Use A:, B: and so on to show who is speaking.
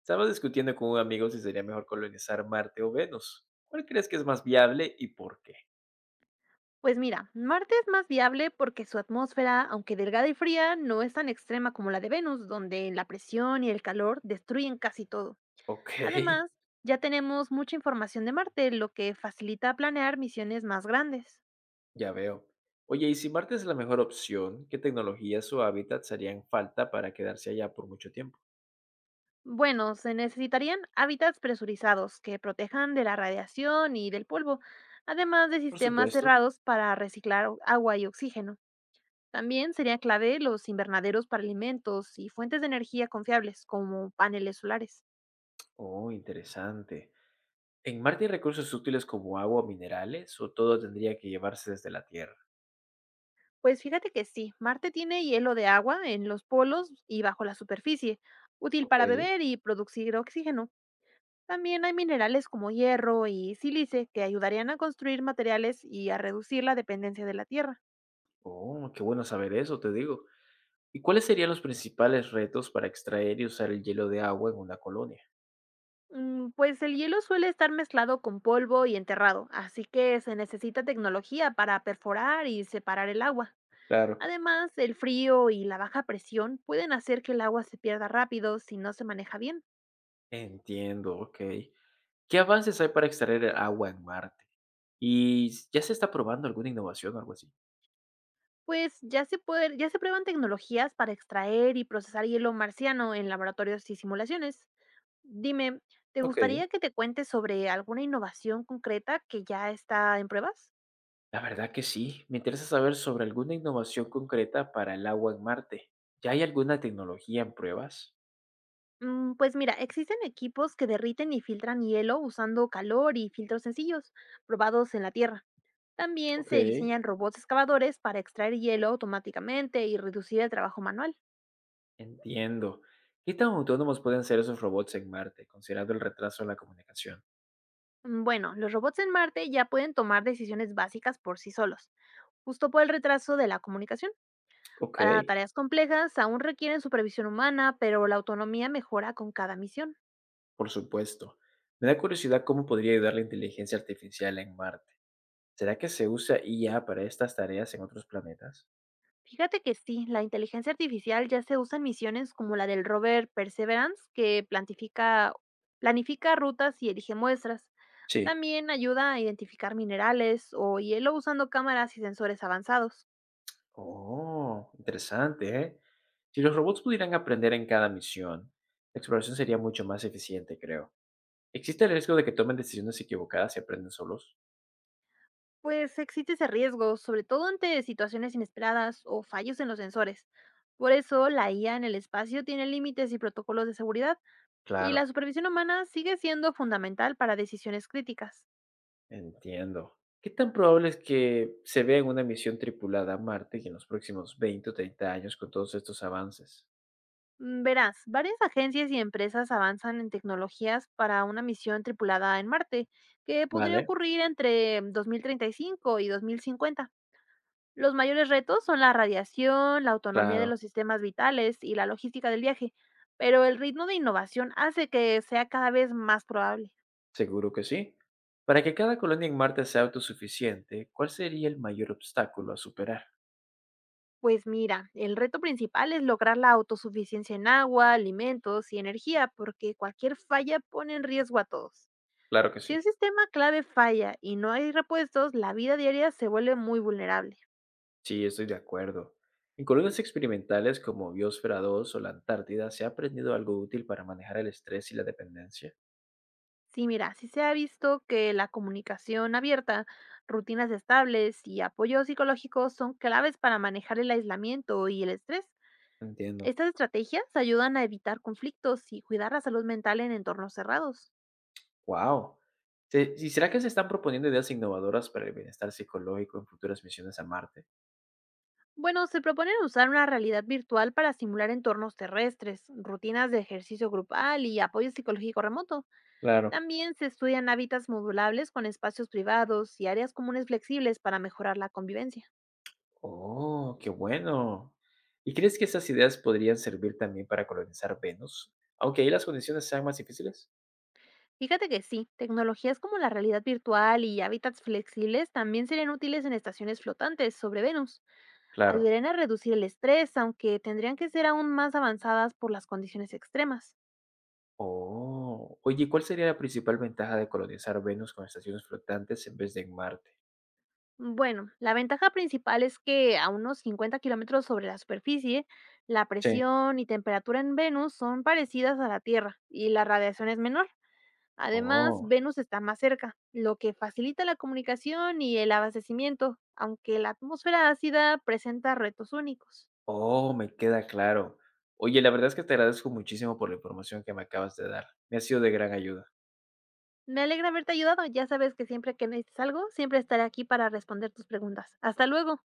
A: Estaba discutiendo con un amigo si sería mejor colonizar Marte o Venus. ¿Cuál crees que es más viable y por qué?
B: Pues mira, Marte es más viable porque su atmósfera, aunque delgada y fría, no es tan extrema como la de Venus, donde la presión y el calor destruyen casi todo.
A: Ok,
B: Además, ya tenemos mucha información de Marte, lo que facilita planear misiones más grandes.
A: ya veo. Oye, y si Marte es la mejor opción, ¿qué tecnologías o hábitats harían falta para quedarse allá por mucho tiempo?
B: Bueno, se necesitarían hábitats presurizados que protejan de la radiación y del polvo, además de
A: Por
B: sistemas
A: supuesto.
B: cerrados para reciclar agua y oxígeno. También sería clave los invernaderos para alimentos y fuentes de energía confiables, como paneles solares.
A: Oh, interesante. ¿En Marte hay recursos útiles como agua o minerales o todo tendría que llevarse desde la Tierra?
B: Pues fíjate que sí, Marte tiene hielo de agua en los polos y bajo la superficie, útil
A: Ok.
B: para beber y producir oxígeno. También hay minerales como hierro y sílice que ayudarían a construir materiales y a reducir la dependencia de la Tierra.
A: Oh, qué bueno saber eso, te digo. ¿Y cuáles serían los principales retos para extraer y usar el hielo de agua en una colonia?
B: Mm, Pues el hielo suele estar mezclado con polvo y enterrado, así que se necesita tecnología para perforar y separar el agua.
A: Claro.
B: Además, el frío y la baja presión pueden hacer que el agua se pierda rápido si no se maneja bien.
A: Entiendo, ok. ¿Qué avances hay para extraer el agua en Marte? ¿Y ya se está probando alguna innovación o algo así?
B: Pues ya se puede, ya se prueban tecnologías para extraer y procesar hielo marciano en laboratorios y simulaciones. Dime, ¿te
A: Ok,
B: gustaría que te cuente sobre alguna innovación concreta que ya está en pruebas?
A: la verdad que sí. Me interesa saber sobre alguna innovación concreta para el agua en Marte. ¿Ya hay alguna tecnología en pruebas?
B: Mm, Pues mira, existen equipos que derriten y filtran hielo usando calor y filtros sencillos, probados en la Tierra. También se
A: Ok.
B: diseñan robots excavadores para extraer hielo automáticamente y reducir el trabajo manual.
A: Entiendo. ¿Qué tan autónomos pueden ser esos robots en Marte, considerando el retraso en la comunicación?
B: Mm, Bueno, los robots en Marte ya pueden tomar decisiones básicas por sí solos justo por el retraso de la comunicación.
A: Ok,
B: Para tareas complejas aún requieren supervisión humana, pero la autonomía mejora con cada misión.
A: por supuesto. Me da curiosidad cómo podría ayudar la inteligencia artificial en Marte. ¿Será que se usa IA para estas tareas en otros planetas?
B: Fíjate que sí, la inteligencia artificial ya se usa en misiones como la del rover Perseverance, que planifica rutas y elige muestras.
A: Sí.
B: También ayuda a identificar minerales o hielo usando cámaras y sensores avanzados.
A: Oh, interesante, ¿eh? Si los robots pudieran aprender en cada misión, la exploración sería mucho más eficiente, creo. ¿Existe el riesgo de que tomen decisiones equivocadas y aprenden solos?
B: Pues existe ese riesgo, sobre todo ante situaciones inesperadas o fallos en los sensores. Por eso la IA en el espacio tiene límites y protocolos de seguridad. Y
A: Claro,
B: la supervisión humana sigue siendo fundamental para decisiones críticas.
A: entiendo. ¿Qué tan probable es que se vea en una misión tripulada a Marte y en los próximos 20 o 30 años con todos estos avances?
B: Mm, Verás, varias agencias y empresas avanzan en tecnologías para una misión tripulada en Marte, que podría
A: Vale,
B: ocurrir entre 2035 y 2050. Los mayores retos son la radiación, la autonomía de
A: claro,
B: los sistemas vitales y la logística del viaje, pero el ritmo de innovación hace que sea cada vez más probable.
A: seguro que sí. Para que cada colonia en Marte sea autosuficiente, ¿cuál sería el mayor obstáculo a superar?
B: Pues mira, el reto principal es lograr la autosuficiencia en agua, alimentos y energía, porque cualquier falla pone en riesgo a todos.
A: Claro que
B: Si
A: sí.
B: un sistema clave falla y no hay repuestos, la vida diaria se vuelve muy vulnerable.
A: Sí, estoy de acuerdo. En colonias experimentales como Biosfera 2 o la Antártida se ha aprendido algo útil para manejar el estrés y la dependencia.
B: Sí, mira, sí se ha visto que la comunicación abierta, rutinas estables y apoyo psicológico son claves para manejar el aislamiento y el estrés.
A: Entiendo.
B: Estas estrategias ayudan a evitar conflictos y cuidar la salud mental en entornos cerrados.
A: ¡Wow! ¿Y será que se están proponiendo ideas innovadoras para el bienestar psicológico en futuras misiones a Marte?
B: Bueno, se proponen usar una realidad virtual para simular entornos terrestres, rutinas de ejercicio grupal y apoyo psicológico remoto.
A: Claro.
B: También se estudian hábitats modulables con espacios privados y áreas comunes flexibles para mejorar la convivencia.
A: ¡Oh, qué bueno! ¿Y crees que esas ideas podrían servir también para colonizar Venus? Aunque ahí las condiciones sean más difíciles.
B: Fíjate que sí, tecnologías como la realidad virtual y hábitats flexibles también serían útiles en estaciones flotantes sobre Venus.
A: Claro.
B: Ayudarían a reducir el estrés, aunque tendrían que ser aún más avanzadas por las condiciones extremas.
A: Oh, oye, ¿cuál sería la principal ventaja de colonizar Venus con estaciones flotantes en vez de en Marte?
B: Bueno, la ventaja principal es que a unos 50 km sobre la superficie, la
A: Sí.
B: presión y temperatura en Venus son parecidas a la Tierra y la radiación es menor. Además,
A: Oh,
B: Venus está más cerca, lo que facilita la comunicación y el abastecimiento, aunque la atmósfera ácida presenta retos únicos.
A: oh, me queda claro. Oye, la verdad es que te agradezco muchísimo por la información que me acabas de dar. Me ha sido de gran ayuda.
B: Me alegra haberte ayudado. Ya sabes que siempre que necesites algo, siempre estaré aquí para responder tus preguntas. Hasta luego.